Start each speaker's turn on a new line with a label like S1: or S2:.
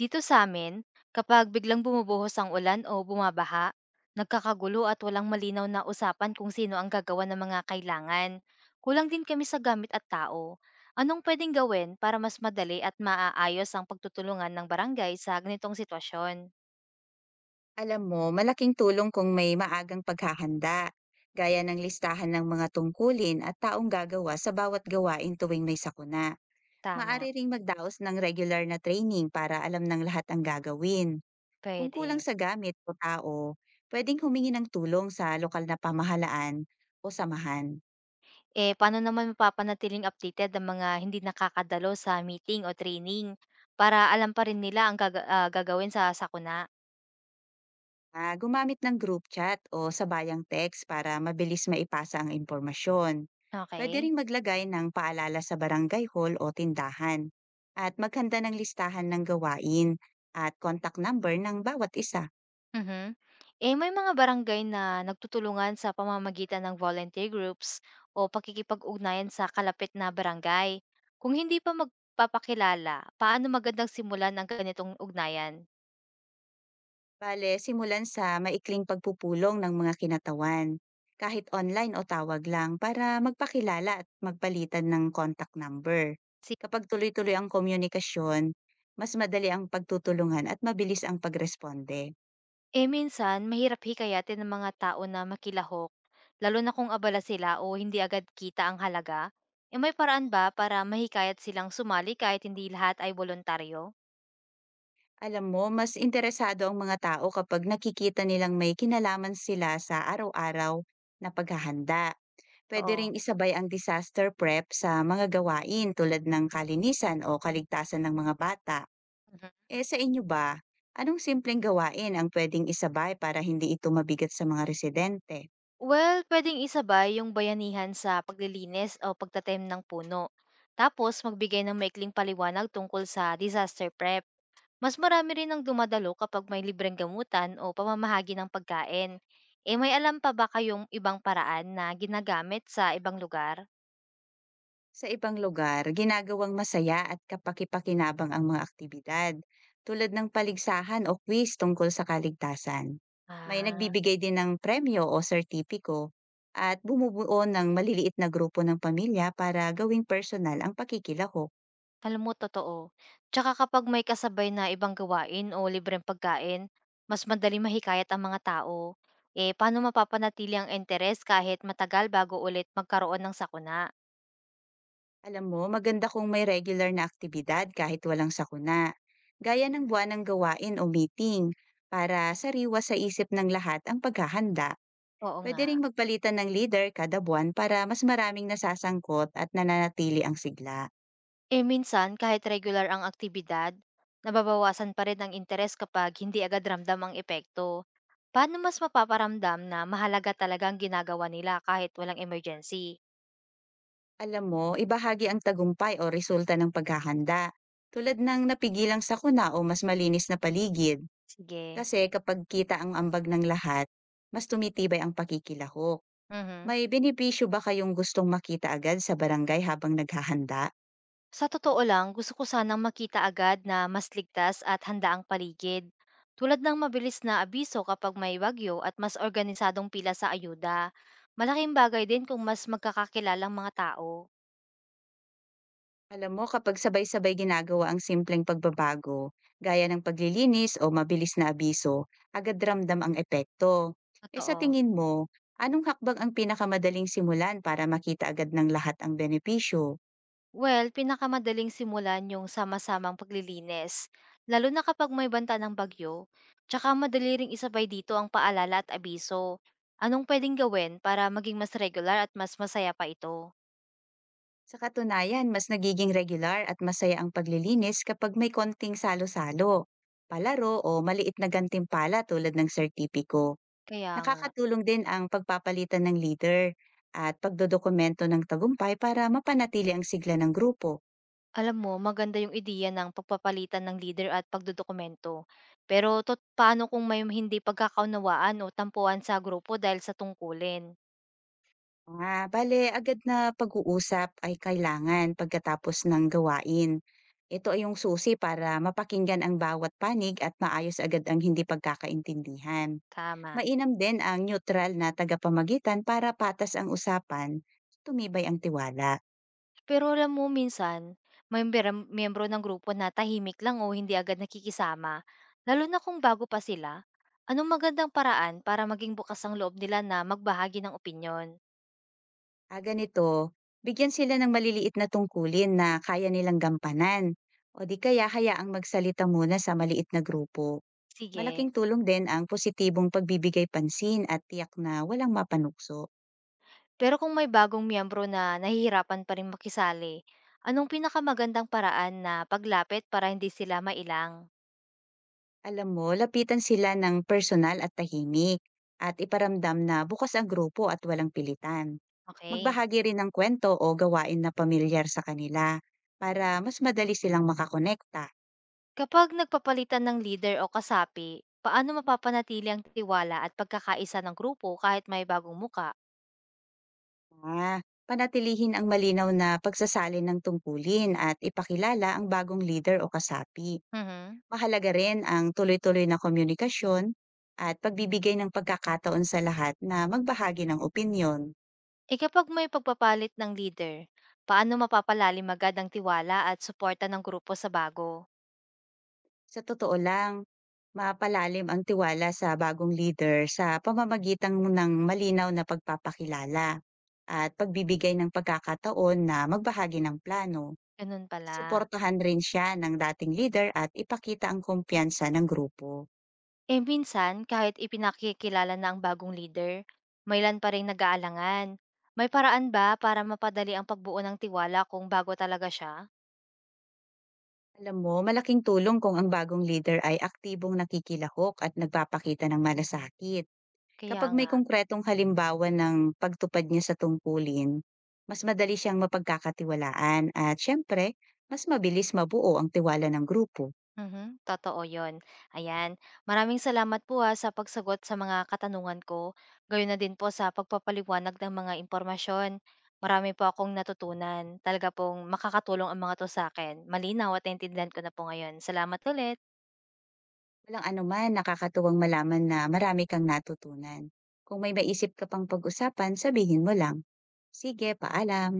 S1: Dito sa amin, kapag biglang bumubuhos ang ulan o bumabaha, nagkakagulo at walang malinaw na usapan kung sino ang gagawa ng mga kailangan. Kulang din kami sa gamit at tao. Anong pwedeng gawin para mas madali at maaayos ang pagtutulungan ng barangay sa ganitong sitwasyon?
S2: Alam mo, malaking tulong kung may maagang paghahanda, gaya ng listahan ng mga tungkulin at taong gagawa sa bawat gawain tuwing may sakuna.
S1: Tama,
S2: Maari ring magdaos ng regular na training para alam ng lahat ang gagawin. Kung kulang
S1: pwede.
S2: sa gamit o tao, pwedeng humingi ng tulong sa lokal na pamahalaan o samahan.
S1: Paano naman mapapanatiling updated ang mga hindi nakakadalo sa meeting o training para alam pa rin nila ang gagawin sa sakuna?
S2: Gumamit ng group chat o sabayang text para mabilis maipasa ang impormasyon. Pwede
S1: Okay.
S2: ring maglagay ng paalala sa barangay hall o tindahan at maghanda ng listahan ng gawain at contact number ng bawat isa.
S1: Mhm. May mga barangay na nagtutulungan sa pamamagitan ng volunteer groups o pakikipag-ugnayan sa kalapit na barangay. Kung hindi pa magpapakilala, paano magandang simulan ang ganitong ugnayan?
S2: Bale, simulan sa maikling pagpupulong ng mga kinatawan, kahit online o tawag lang para magpakilala at magpalitan ng contact number.
S1: Si
S2: Kapag tuloy-tuloy ang komunikasyon, mas madali ang pagtutulungan at mabilis ang pagresponde.
S1: Minsan, mahirap hikayatin ng mga tao na makilahok, lalo na kung abala sila o hindi agad kita ang halaga. May paraan ba para mahikayat silang sumali kahit hindi lahat ay voluntaryo?
S2: Alam mo, mas interesado ang mga tao kapag nakikita nilang may kinalaman sila sa araw-araw na paghahanda. Pwede ring
S1: Oo.
S2: isabay ang disaster prep sa mga gawain tulad ng kalinisan o kaligtasan ng mga bata. Eh sa inyo ba, anong simpleng gawain ang pwedeng isabay para hindi ito mabigat sa mga residente?
S1: Well, pwedeng isabay yung bayanihan sa paglilinis o pagtatanim ng puno. Tapos, magbigay ng maikling paliwanag tungkol sa disaster prep. Mas marami rin ang dumadalo kapag may libreng gamutan o pamamahagi ng pagkain. May alam pa ba kayong ibang paraan na ginagamit sa ibang lugar?
S2: Sa ibang lugar, ginagawang masaya at kapaki-pakinabang ang mga aktibidad, tulad ng paligsahan o quiz tungkol sa kaligtasan. May
S1: Ah.
S2: nagbibigay din ng premyo o sertipiko at bumubuo ng maliliit na grupo ng pamilya para gawing personal ang pakikilahok.
S1: Alam mo, totoo. Tsaka kapag may kasabay na ibang gawain o libreng pagkain, mas madaling mahikayat ang mga tao. Paano mapapanatili ang interes kahit matagal bago ulit magkaroon ng sakuna?
S2: Alam mo, maganda kung may regular na aktibidad kahit walang sakuna, gaya ng buwanang gawain o meeting para sariwa sa isip ng lahat ang paghahanda.
S1: Oo
S2: Pwede
S1: nga.
S2: ring magpalitan ng leader kada buwan para mas maraming nasasangkot at nananatili ang sigla.
S1: Minsan, kahit regular ang aktibidad, nababawasan pa rin ang interes kapag hindi agad ramdam ang epekto. Paano mas mapaparamdam na mahalaga talaga ang ginagawa nila kahit walang emergency?
S2: Alam mo, ibahagi ang tagumpay o resulta ng paghahanda, tulad ng napigilang sakuna o mas malinis na paligid.
S1: Sige.
S2: Kasi kapag kita ang ambag ng lahat, mas tumitibay ang pakikilahok.
S1: Mhm.
S2: May benepisyo ba kayong gustong makita agad sa barangay habang naghahanda?
S1: Sa totoo lang, gusto ko sanang makita agad na mas ligtas at handa ang paligid. Tulad ng mabilis na abiso kapag may bagyo at mas organisadong pila sa ayuda. Malaking bagay din kung mas magkakakilalang mga tao.
S2: Alam mo kapag sabay-sabay ginagawa ang simpleng pagbabago, gaya ng paglilinis o mabilis na abiso, agad ramdam ang epekto. E sa
S1: Totoo.
S2: tingin mo, anong hakbang ang pinakamadaling simulan para makita agad ng lahat ang benepisyo?
S1: Well, pinakamadaling simulan yung sama-samang paglilinis. Lalo na kapag may banta ng bagyo. Tsaka madali ring isabay dito ang paalala at abiso. Anong pwedeng gawin para maging mas regular at mas masaya pa ito?
S2: Sa katunayan, mas nagiging regular at masaya ang paglilinis kapag may konting salo-salo, palaro o maliit na gantimpala tulad ng sertipiko.
S1: Kaya nga.
S2: Nakakatulong din ang pagpapalitan ng leader at pagdodokumento ng tagumpay para mapanatili ang sigla ng grupo.
S1: Alam mo, maganda yung ideya ng pagpapalitan ng leader at pagdodokumento. Pero paano kung may hindi pagkakaunawaan o tampuan sa grupo dahil sa tungkulin?
S2: Bale, agad na pag-uusap ay kailangan pagkatapos ng gawain. Ito ay yung susi para mapakinggan ang bawat panig at maayos agad ang hindi pagkakaintindihan.
S1: Tama.
S2: Mainam din ang neutral na tagapamagitan para patas ang usapan, tumibay ang tiwala.
S1: Pero alam mo, minsan, may miyembro ng grupo na tahimik lang o hindi agad nakikisama, lalo na kung bago pa sila. Anong magandang paraan para maging bukas ang loob nila na magbahagi ng opinyon?
S2: Ganito, bigyan sila ng maliliit na tungkulin na kaya nilang gampanan. O di kaya hayaang magsalita muna sa maliit na grupo.
S1: Sige.
S2: Malaking tulong din ang positibong pagbibigay pansin at tiyak na walang mapanukso.
S1: Pero kung may bagong miyembro na nahihirapan pa rin makisali, anong pinakamagandang paraan na paglapit para hindi sila mailang?
S2: Alam mo, lapitan sila ng personal at tahimik at iparamdam na bukas ang grupo at walang pilitan.
S1: Okay.
S2: Magbahagi rin ng kwento o gawain na pamilyar sa kanila para mas madali silang makakonekta.
S1: Kapag nagpapalitan ng leader o kasapi, paano mapapanatili ang tiwala at pagkakaisa ng grupo kahit may bagong muka?
S2: Ah, Panatilihin ang malinaw na pagsasali ng tungkulin at ipakilala ang bagong leader o kasapi.
S1: Mhm.
S2: Mahalaga rin ang tuloy-tuloy na komunikasyon at pagbibigay ng pagkakataon sa lahat na magbahagi ng opinyon.
S1: E kapag may pagpapalit ng leader, paano mapapalalim agad ang tiwala at suporta ng grupo sa bago?
S2: Sa totoo lang, mapalalim ang tiwala sa bagong leader sa pamamagitan ng malinaw na pagpapakilala at pagbibigay ng pagkakataon na magbahagi ng plano.
S1: Ganun pala.
S2: Suportahan rin siya ng dating leader at ipakita ang kumpiyansa ng grupo.
S1: Eh minsan, kahit ipinakikilala na ang bagong leader, may ilan pa rin nag-aalangan. May paraan ba para mapadali ang pagbuo ng tiwala kung bago talaga siya?
S2: Alam mo, malaking tulong kung ang bagong leader ay aktibong nakikilahok at nagpapakita ng malasakit.
S1: Kaya
S2: Kapag may
S1: nga,
S2: konkretong halimbawa ng pagtupad niya sa tungkulin, mas madali siyang mapagkakatiwalaan at syempre, mas mabilis mabuo ang tiwala ng grupo.
S1: mhm, totoo yon. Ayan, maraming salamat po ha, sa pagsagot sa mga katanungan ko. Gayon na din po sa pagpapaliwanag ng mga impormasyon. Marami po akong natutunan. Talaga pong makakatulong ang mga to sa akin. Malinaw at naintindihan ko na po ngayon. Salamat ulit.
S2: Walang anuman, nakakatuwang malaman na marami kang natutunan. Kung may maisip ka pang pag-usapan, sabihin mo lang. Sige, paalam.